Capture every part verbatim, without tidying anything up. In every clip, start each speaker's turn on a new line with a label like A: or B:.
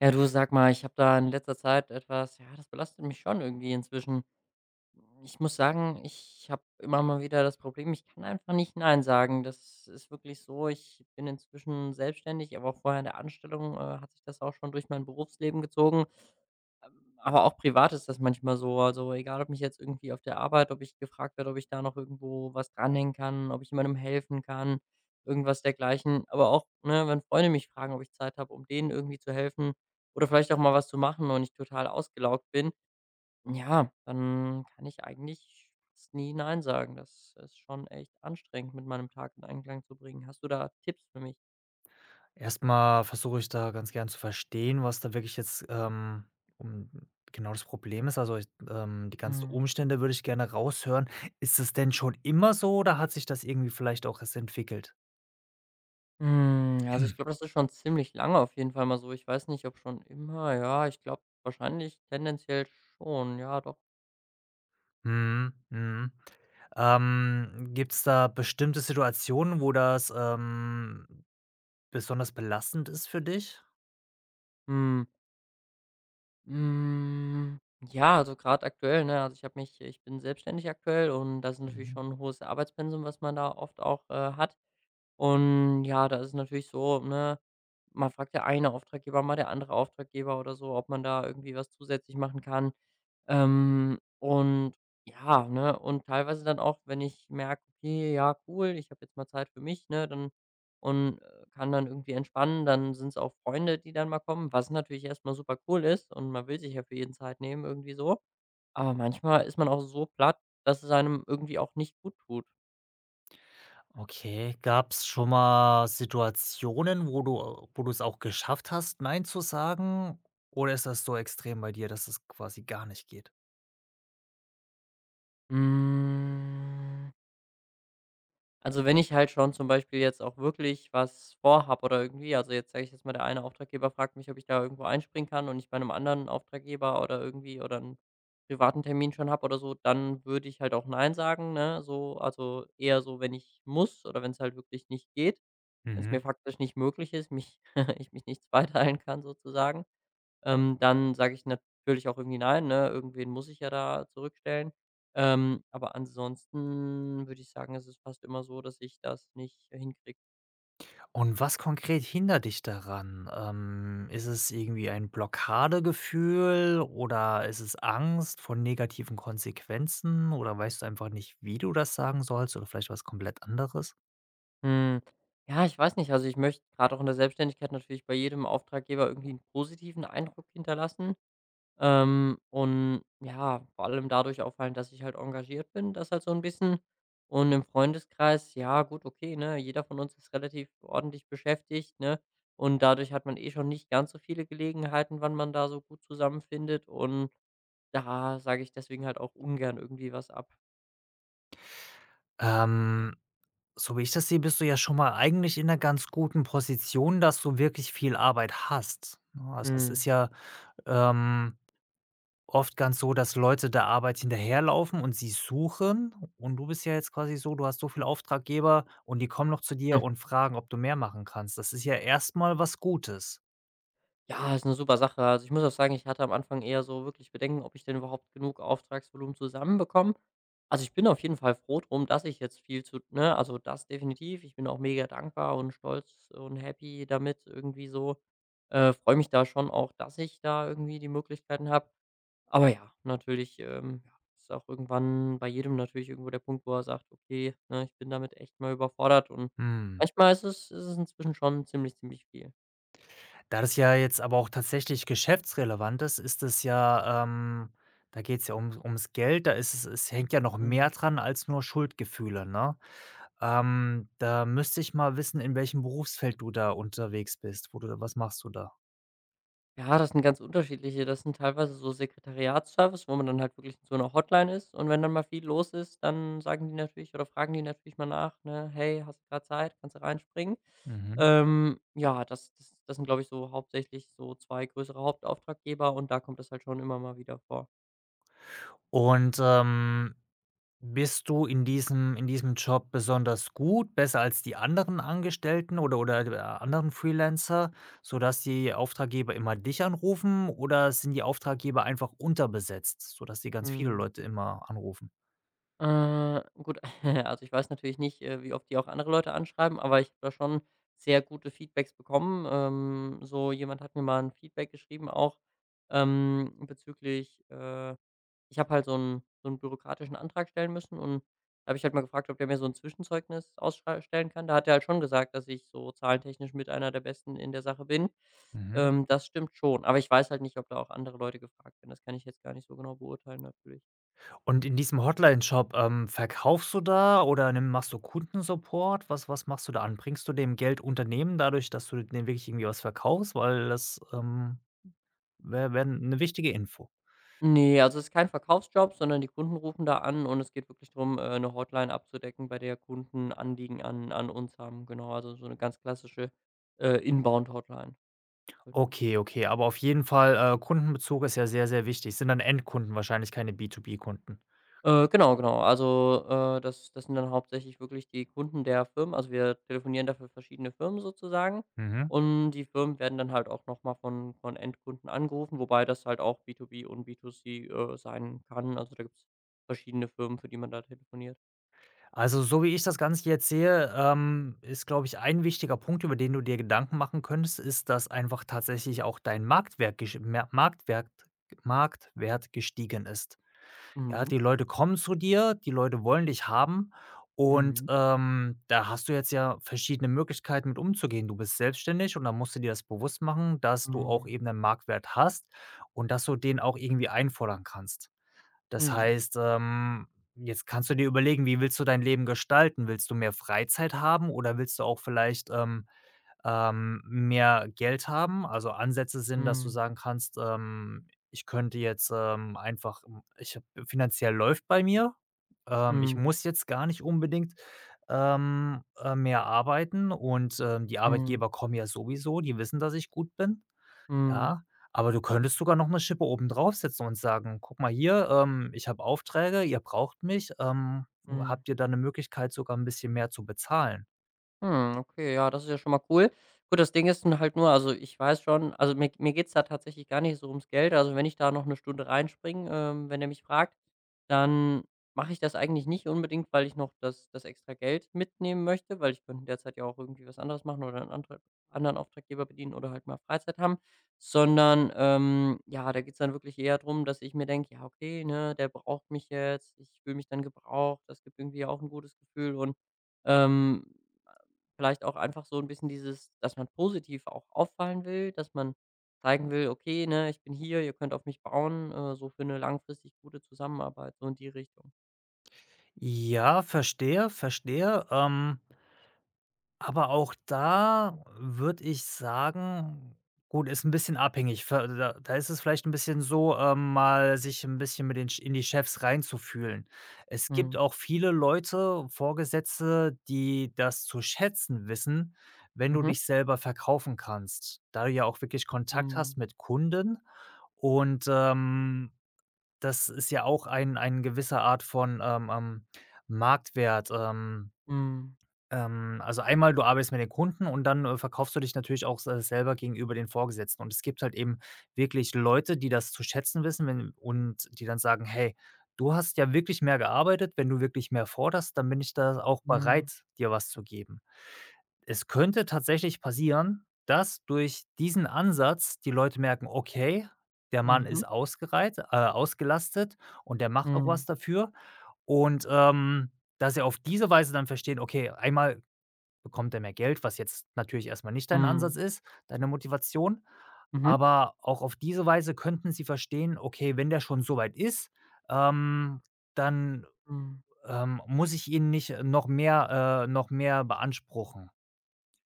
A: Ja, du sag mal, ich habe da in letzter Zeit etwas, ja, das belastet mich schon irgendwie inzwischen. Ich muss sagen, ich habe immer mal wieder das Problem, ich kann einfach nicht nein sagen. Das ist wirklich so. Ich bin inzwischen selbstständig, aber vorher in der Anstellung äh, hat sich das auch schon durch mein Berufsleben gezogen. Aber auch privat ist das manchmal so. Also, egal, ob mich jetzt irgendwie auf der Arbeit, ob ich gefragt werde, ob ich da noch irgendwo was dranhängen kann, ob ich jemandem helfen kann, irgendwas dergleichen. Aber auch, ne, wenn Freunde mich fragen, ob ich Zeit habe, um denen irgendwie zu helfen oder vielleicht auch mal was zu machen und ich total ausgelaugt bin, ja, dann kann ich eigentlich fast nie nein sagen. Das ist schon echt anstrengend, mit meinem Tag in Einklang zu bringen. Hast du da Tipps für mich?
B: Erstmal versuche ich da ganz gern zu verstehen, was da wirklich jetzt, ähm, um genau das Problem ist. Also, ich ähm, die ganzen
A: Mhm.
B: Umstände würde ich gerne raushören. Ist es denn schon immer so oder hat sich das irgendwie vielleicht auch erst entwickelt?
A: Hm, ja, also ich glaube, das ist schon ziemlich lange auf jeden Fall mal so. Ich weiß nicht, ob schon immer, ja, ich glaube wahrscheinlich tendenziell schon, ja, doch.
B: Mhm, mhm. Ähm, gibt's da bestimmte Situationen, wo das, ähm, besonders belastend ist für dich?
A: Hm, hm, ja, also gerade aktuell, ne, also ich habe mich, ich bin selbstständig aktuell und das ist natürlich
B: Mhm.
A: schon ein hohes Arbeitspensum, was man da oft auch äh, hat. Und ja, da ist es natürlich so, ne, man fragt, der eine Auftraggeber, mal der andere Auftraggeber oder so, ob man da irgendwie was zusätzlich machen kann. Ähm, und ja, ne, und teilweise dann auch, wenn ich merke, okay, ja, cool, ich habe jetzt mal Zeit für mich, ne, dann und äh, kann dann irgendwie entspannen, dann sind es auch Freunde, die dann mal kommen, was natürlich erstmal super cool ist und man will sich ja für jeden Zeit nehmen, irgendwie so. Aber manchmal ist man auch so platt, dass es einem irgendwie auch nicht gut tut.
B: Okay, gab's schon mal Situationen, wo du wo du es auch geschafft hast, nein zu sagen? Oder ist das so extrem bei dir, dass es quasi gar nicht geht?
A: Mm. Also, wenn ich halt schon zum Beispiel jetzt auch wirklich was vorhab oder irgendwie, also, jetzt sage ich jetzt mal, der eine Auftraggeber fragt mich, ob ich da irgendwo einspringen kann und ich bei einem anderen Auftraggeber oder irgendwie oder einen privaten Termin schon habe oder so, dann würde ich halt auch nein sagen, ne? So, also eher so, wenn ich muss oder wenn es halt wirklich nicht geht, wenn es mir
B: Mhm.
A: faktisch nicht möglich ist, mich ich mich nicht zweiteilen kann sozusagen, ähm, dann sage ich natürlich auch irgendwie nein, ne? Irgendwen muss ich ja da zurückstellen. Ähm, aber ansonsten würde ich sagen, es ist fast immer so, dass ich das nicht hinkriege.
B: Und was konkret hindert dich daran? Ähm, ist es irgendwie ein Blockadegefühl oder ist es Angst vor negativen Konsequenzen oder weißt du einfach nicht, wie du das sagen sollst oder vielleicht was komplett anderes?
A: Hm. Ja, ich weiß nicht. Also ich möchte gerade auch in der Selbstständigkeit natürlich bei jedem Auftraggeber irgendwie einen positiven Eindruck hinterlassen. Ähm, und ja, vor allem dadurch auffallen, dass ich halt engagiert bin, das halt so ein bisschen. Und im Freundeskreis, ja gut, okay, ne, jeder von uns ist relativ ordentlich beschäftigt, ne? Und dadurch hat man eh schon nicht ganz so viele Gelegenheiten, wann man da so gut zusammenfindet. Und da sage ich deswegen halt auch ungern irgendwie was ab.
B: Ähm So wie ich das sehe, bist du ja schon mal eigentlich in 'ner ganz guten Position, dass du wirklich viel Arbeit hast, ne? Also, das ist
A: Mhm.
B: ja, ähm, oft ganz so, dass Leute der Arbeit hinterherlaufen und sie suchen und du bist ja jetzt quasi so, du hast so viele Auftraggeber und die kommen noch zu dir und fragen, ob du mehr machen kannst. Das ist ja erst mal was Gutes.
A: Ja, ist eine super Sache. Also, ich muss auch sagen, ich hatte am Anfang eher so wirklich Bedenken, ob ich denn überhaupt genug Auftragsvolumen zusammenbekomme. Also, ich bin auf jeden Fall froh drum, dass ich jetzt viel zu, ne, also, das definitiv. Ich bin auch mega dankbar und stolz und happy damit irgendwie so. Äh, freue mich da schon auch, dass ich da irgendwie die Möglichkeiten habe. Aber ja, natürlich, ähm, ja, ist auch irgendwann bei jedem natürlich irgendwo der Punkt, wo er sagt: „Okay, ne, ich bin damit echt mal überfordert.“ Und
B: Hm,
A: manchmal ist es ist es inzwischen schon ziemlich, ziemlich viel.
B: Da das ja jetzt aber auch tatsächlich geschäftsrelevant ist, ist das ja, ähm da geht's ja um ums Geld, da ist es, es hängt ja noch mehr
A: Mhm.
B: dran als nur Schuldgefühle, ne? Ähm, da müsste ich mal wissen, in welchem Berufsfeld du da unterwegs bist, wo du da, was machst du da?
A: Ja, das sind ganz unterschiedliche. Das sind teilweise so Sekretariatsservice, wo man dann halt wirklich in so 'ner Hotline ist und wenn dann mal viel los ist, dann sagen die natürlich oder fragen die natürlich mal nach, ne: „Hey, hast du grad Zeit? Kannst du reinspringen?“
B: Mhm.
A: Ähm, ja, das das das sind, glaube ich, so hauptsächlich so zwei größere Hauptauftraggeber und da kommt das halt schon immer mal wieder vor.
B: Und, ähm, bist du in diesem in diesem Job besonders gut, besser als die anderen Angestellten oder oder d anderen Freelancer, sodass die Auftraggeber immer dich anrufen oder sind die Auftraggeber einfach unterbesetzt, sodass die ganz viele
A: Mhm.
B: Leute immer anrufen?
A: Äh, gut, also ich weiß natürlich nicht, äh, wie oft die auch andere Leute anschreiben, aber ich habe da schon sehr gute Feedbacks bekommen. Ähm, so jemand hat mir mal ein Feedback geschrieben auch, ähm, bezüglich äh, ich habe halt so einen, so 'n bürokratischen Antrag stellen müssen und da habe ich halt mal gefragt, ob der mir so ein Zwischenzeugnis ausstellen kann. Da hat er halt schon gesagt, dass ich so zahlentechnisch mit einer der Besten in der Sache bin.
B: Mhm.
A: Ähm, das stimmt schon, aber ich weiß halt nicht, ob da auch andere Leute gefragt werden. Das kann ich jetzt gar nicht so genau beurteilen natürlich.
B: Und in diesem Hotline-Shop, ähm, verkaufst du da oder nimm machst du Kundensupport? Was was machst du da an? Bringst du dem Geld Unternehmen dadurch, dass du denen wirklich irgendwie was verkaufst? Weil das, ähm, wär wär 'ne wichtige Info.
A: Nee, also, es ist kein Verkaufsjob, sondern die Kunden rufen da an und es geht wirklich darum, äh, eine Hotline abzudecken, bei der Kunden Anliegen an an uns haben, genau. Also, so eine ganz klassische, äh, Inbound-Hotline, genau.
B: Okay, okay, aber auf jeden Fall, äh, Kundenbezug ist ja sehr, sehr wichtig. Sind dann Endkunden wahrscheinlich, keine B zwei B-Kunden?
A: Äh, genau, genau. Also, äh, das das sind dann hauptsächlich wirklich die Kunden der Firmen. Also, wir telefonieren dafür verschiedene Firmen sozusagen
B: Mhm.
A: und die Firmen werden dann halt auch noch mal von von Endkunden angerufen, wobei das halt auch B zwei B und B zwei C, äh, sein kann. Also, da gibt es verschiedene Firmen, für die man da telefoniert.
B: Also, so wie ich das Ganze jetzt sehe, ähm, ist, glaube ich, ein wichtiger Punkt, über den du dir Gedanken machen könntest, ist, dass einfach tatsächlich auch dein Marktwert gesch Mer Marktwert Marktwert gestiegen ist. Ja,
A: Mhm.
B: die Leute kommen zu dir, die Leute wollen dich haben und,
A: Mhm.
B: ähm, da hast du jetzt ja verschiedene Möglichkeiten, mit umzugehen. Du bist selbstständig und da musst du dir das bewusst machen, dass du auch
A: Mhm.
B: eben einen Marktwert hast und dass du den auch irgendwie einfordern kannst. Das
A: Mhm.
B: heißt, ähm, jetzt kannst du dir überlegen, wie willst du dein Leben gestalten? Willst du mehr Freizeit haben oder willst du auch vielleicht, ähm, ähm, mehr Geld haben? Also, Ansätze sind, dass du
A: Mhm.
B: sagen kannst, ähm: „Ich könnte jetzt, ähm, einfach hm, ich habe, finanziell läuft bei mir. Ähm, ich
A: Mhm.
B: muss jetzt gar nicht unbedingt, ähm, äh, mehr arbeiten und, ähm, die
A: Mhm.
B: Arbeitgeber kommen ja sowieso, die wissen, dass ich gut bin.“
A: Mhm.
B: Ja, aber du könntest sogar noch eine Schippe obendrauf setzen und sagen: „Guck mal hier, ähm, ich habe Aufträge, ihr braucht mich, ähm,
A: Mhm.
B: habt ihr da eine Möglichkeit, sogar ein bisschen mehr zu bezahlen?“
A: Hm, okay, ja, das ist ja schon mal cool. Gut, das Ding ist nun halt nur, also, ich weiß schon, also, mir mir geht's da tatsächlich gar nicht so ums Geld. Also, wenn ich da noch eine Stunde reinspringe, ähm, wenn er mich fragt, dann mache ich das eigentlich nicht unbedingt, weil ich noch das das extra Geld mitnehmen möchte, weil ich könnte in der Zeit ja auch irgendwie was anderes machen oder einen andere anderen Auftraggeber bedienen oder halt mal Freizeit haben, sondern, ähm, ja, da geht's dann wirklich eher drum, dass ich mir denke: „Ja, okay, ne, der braucht mich jetzt. Ich fühle mich dann gebraucht.“ Das gibt irgendwie auch ein gutes Gefühl und, ähm vielleicht auch einfach so ein bisschen dieses, dass man positiv auch auffallen will, dass man zeigen will: „Okay, ne, ich bin hier, ihr könnt auf mich bauen“, äh, so für eine langfristig gute Zusammenarbeit, so in die Richtung.
B: Ja, verstehe, verstehe. Ähm Aber auch da würde ich sagen, gut, ist ein bisschen abhängig. Ver da da ist es vielleicht ein bisschen so, ähm, mal sich ein bisschen mit den Ch in die Chefs reinzufühlen. Es gibt
A: Mhm.
B: auch viele Leute, Vorgesetzte, die das zu schätzen wissen, wenn du
A: Mhm.
B: dich selber verkaufen kannst, da du ja auch wirklich Kontakt
A: Mhm.
B: hast mit Kunden und, ähm, das ist ja auch ein ein gewisser Art von, ähm, ähm, Marktwert, ähm
A: Mhm.
B: ähm, also einmal, du arbeitest mit den Kunden und dann, äh, verkaufst du dich natürlich auch se selber gegenüber den Vorgesetzten. Und es gibt halt eben wirklich Leute, die das zu schätzen wissen, wenn, und die dann sagen: „Hey, du hast ja wirklich mehr gearbeitet. Wenn du wirklich mehr forderst, dann bin ich da auch
A: Mhm.
B: bereit, dir was zu geben.“ Es könnte tatsächlich passieren, dass durch diesen Ansatz die Leute merken: „Okay, der Mann
A: Mhm.
B: ist ausgereit äh, ausgelastet und der macht auch
A: Mhm.
B: was dafür.“ Und, ähm, dass sie auf diese Weise dann verstehen: „Okay, einmal bekommt er mehr Geld, was jetzt natürlich erstmal nicht dein
A: Mhm.
B: Ansatz ist, deine Motivation.
A: Mhm.
B: Aber auch auf diese Weise könnten sie verstehen: „Okay, wenn der schon so weit ist, ähm, dann,
A: Mhm.
B: ähm, muss ich ihn nicht noch mehr äh, noch mehr beanspruchen.“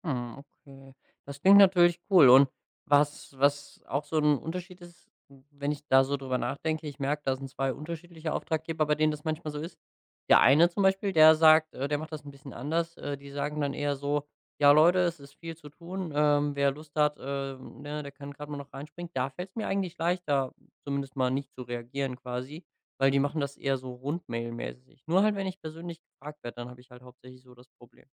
A: Hm, okay. Das klingt natürlich cool und was, was auch so ein Unterschied ist, wenn ich da so drüber nachdenke, ich merke, da sind zwei unterschiedliche Auftraggeber, bei denen das manchmal so ist. Der eine zum Beispiel, der sagt äh, der macht das ein bisschen anders. Äh, die sagen dann eher so: „Ja, Leute, es ist viel zu tun. Ähm, wer Lust hat, ähm, ne, der kann gerade mal noch reinspringen.“ Da fällt es mir eigentlich leichter, zumindest mal nicht zu reagieren quasi, weil die machen das eher so rundmailmäßig. Nur halt, wenn ich persönlich gefragt werde, dann habe ich halt hauptsächlich so das Problem.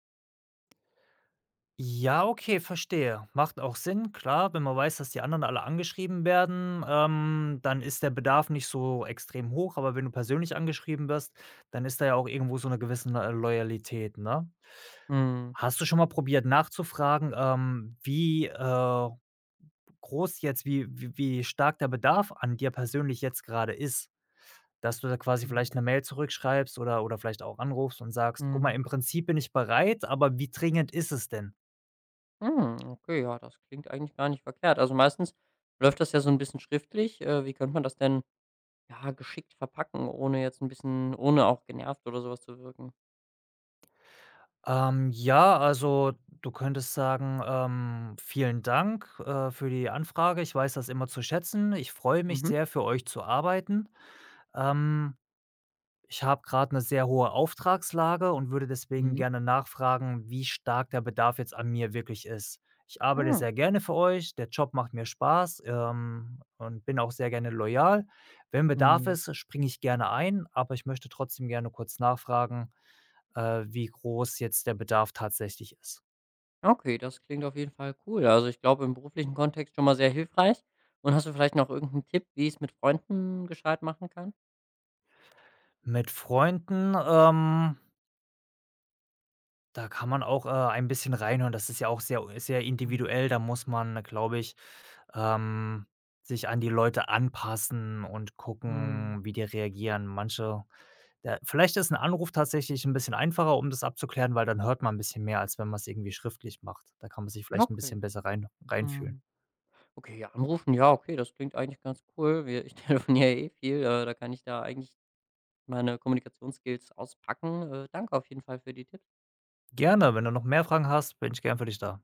B: Ja, okay, verstehe. Macht auch Sinn, klar, wenn man weiß, dass die anderen alle angeschrieben werden, ähm, dann ist der Bedarf nicht so extrem hoch, aber wenn du persönlich angeschrieben wirst, dann ist da ja auch irgendwo so eine gewisse, äh, Loyalität, ne?
A: Mhm.
B: Hast du schon mal probiert nachzufragen, ähm, wie, äh, groß jetzt, wie wie wie stark der Bedarf an dir persönlich jetzt gerade ist? Dass du da quasi vielleicht eine Mail zurückschreibst oder oder vielleicht auch anrufst und sagst: „Guck mal,
A: Mhm.
B: im Prinzip bin ich bereit, aber wie dringend ist es denn?“
A: Hm, okay, ja, das klingt eigentlich gar nicht verkehrt. Also meistens läuft das ja so ein bisschen schriftlich. Äh, wie könnte man das denn, ja, geschickt verpacken, ohne jetzt ein bisschen ohne auch genervt oder sowas zu wirken?
B: Ähm, ja, also, du könntest sagen, ähm: „Vielen Dank, äh, für die Anfrage. Ich weiß das immer zu schätzen. Ich freue mich
A: Mhm,
B: sehr, für euch zu arbeiten. Ähm, Ich habe gerade eine sehr hohe Auftragslage und würde deswegen
A: mhm.
B: gerne nachfragen, wie stark der Bedarf jetzt an mir wirklich ist. Ich arbeite
A: Hm,
B: sehr gerne für euch, der Job macht mir Spaß, ähm, und bin auch sehr gerne loyal. Wenn Bedarf
A: mhm.
B: ist, springe ich gerne ein, aber ich möchte trotzdem gerne kurz nachfragen, äh, wie groß jetzt der Bedarf tatsächlich ist.
A: Okay, das klingt auf jeden Fall cool. Also, ich glaube, im beruflichen Kontext schon mal sehr hilfreich. Und hast du vielleicht noch irgendeinen Tipp, wie ich es mit Freunden gescheit machen kann?
B: Mit Freunden, ähm, da kann man auch, äh, ein bisschen reinhören. Das ist ja auch sehr sehr
A: Hm,
B: individuell. Da muss man, glaube ich, Ähm, sich an die Leute anpassen und
A: mhm.
B: gucken, wie die reagieren. Manche, da vielleicht ist ein Anruf tatsächlich ein bisschen einfacher, um das abzuklären, weil dann hört man ein bisschen mehr, als wenn man es irgendwie schriftlich macht. Da kann man sich
A: Ja,
B: vielleicht ein
A: okay.
B: bisschen besser rein reinfühlen.
A: Mhm. Okay, ja, anrufen, ja, okay, das klingt eigentlich ganz cool. Wir ich telefoniere eh viel, äh, da kann ich da eigentlich meine Kommunikationsskills auspacken. Äh, danke auf jeden Fall für die Tipps.
B: Gerne, wenn du noch mehr Fragen hast, bin ich gern für dich da.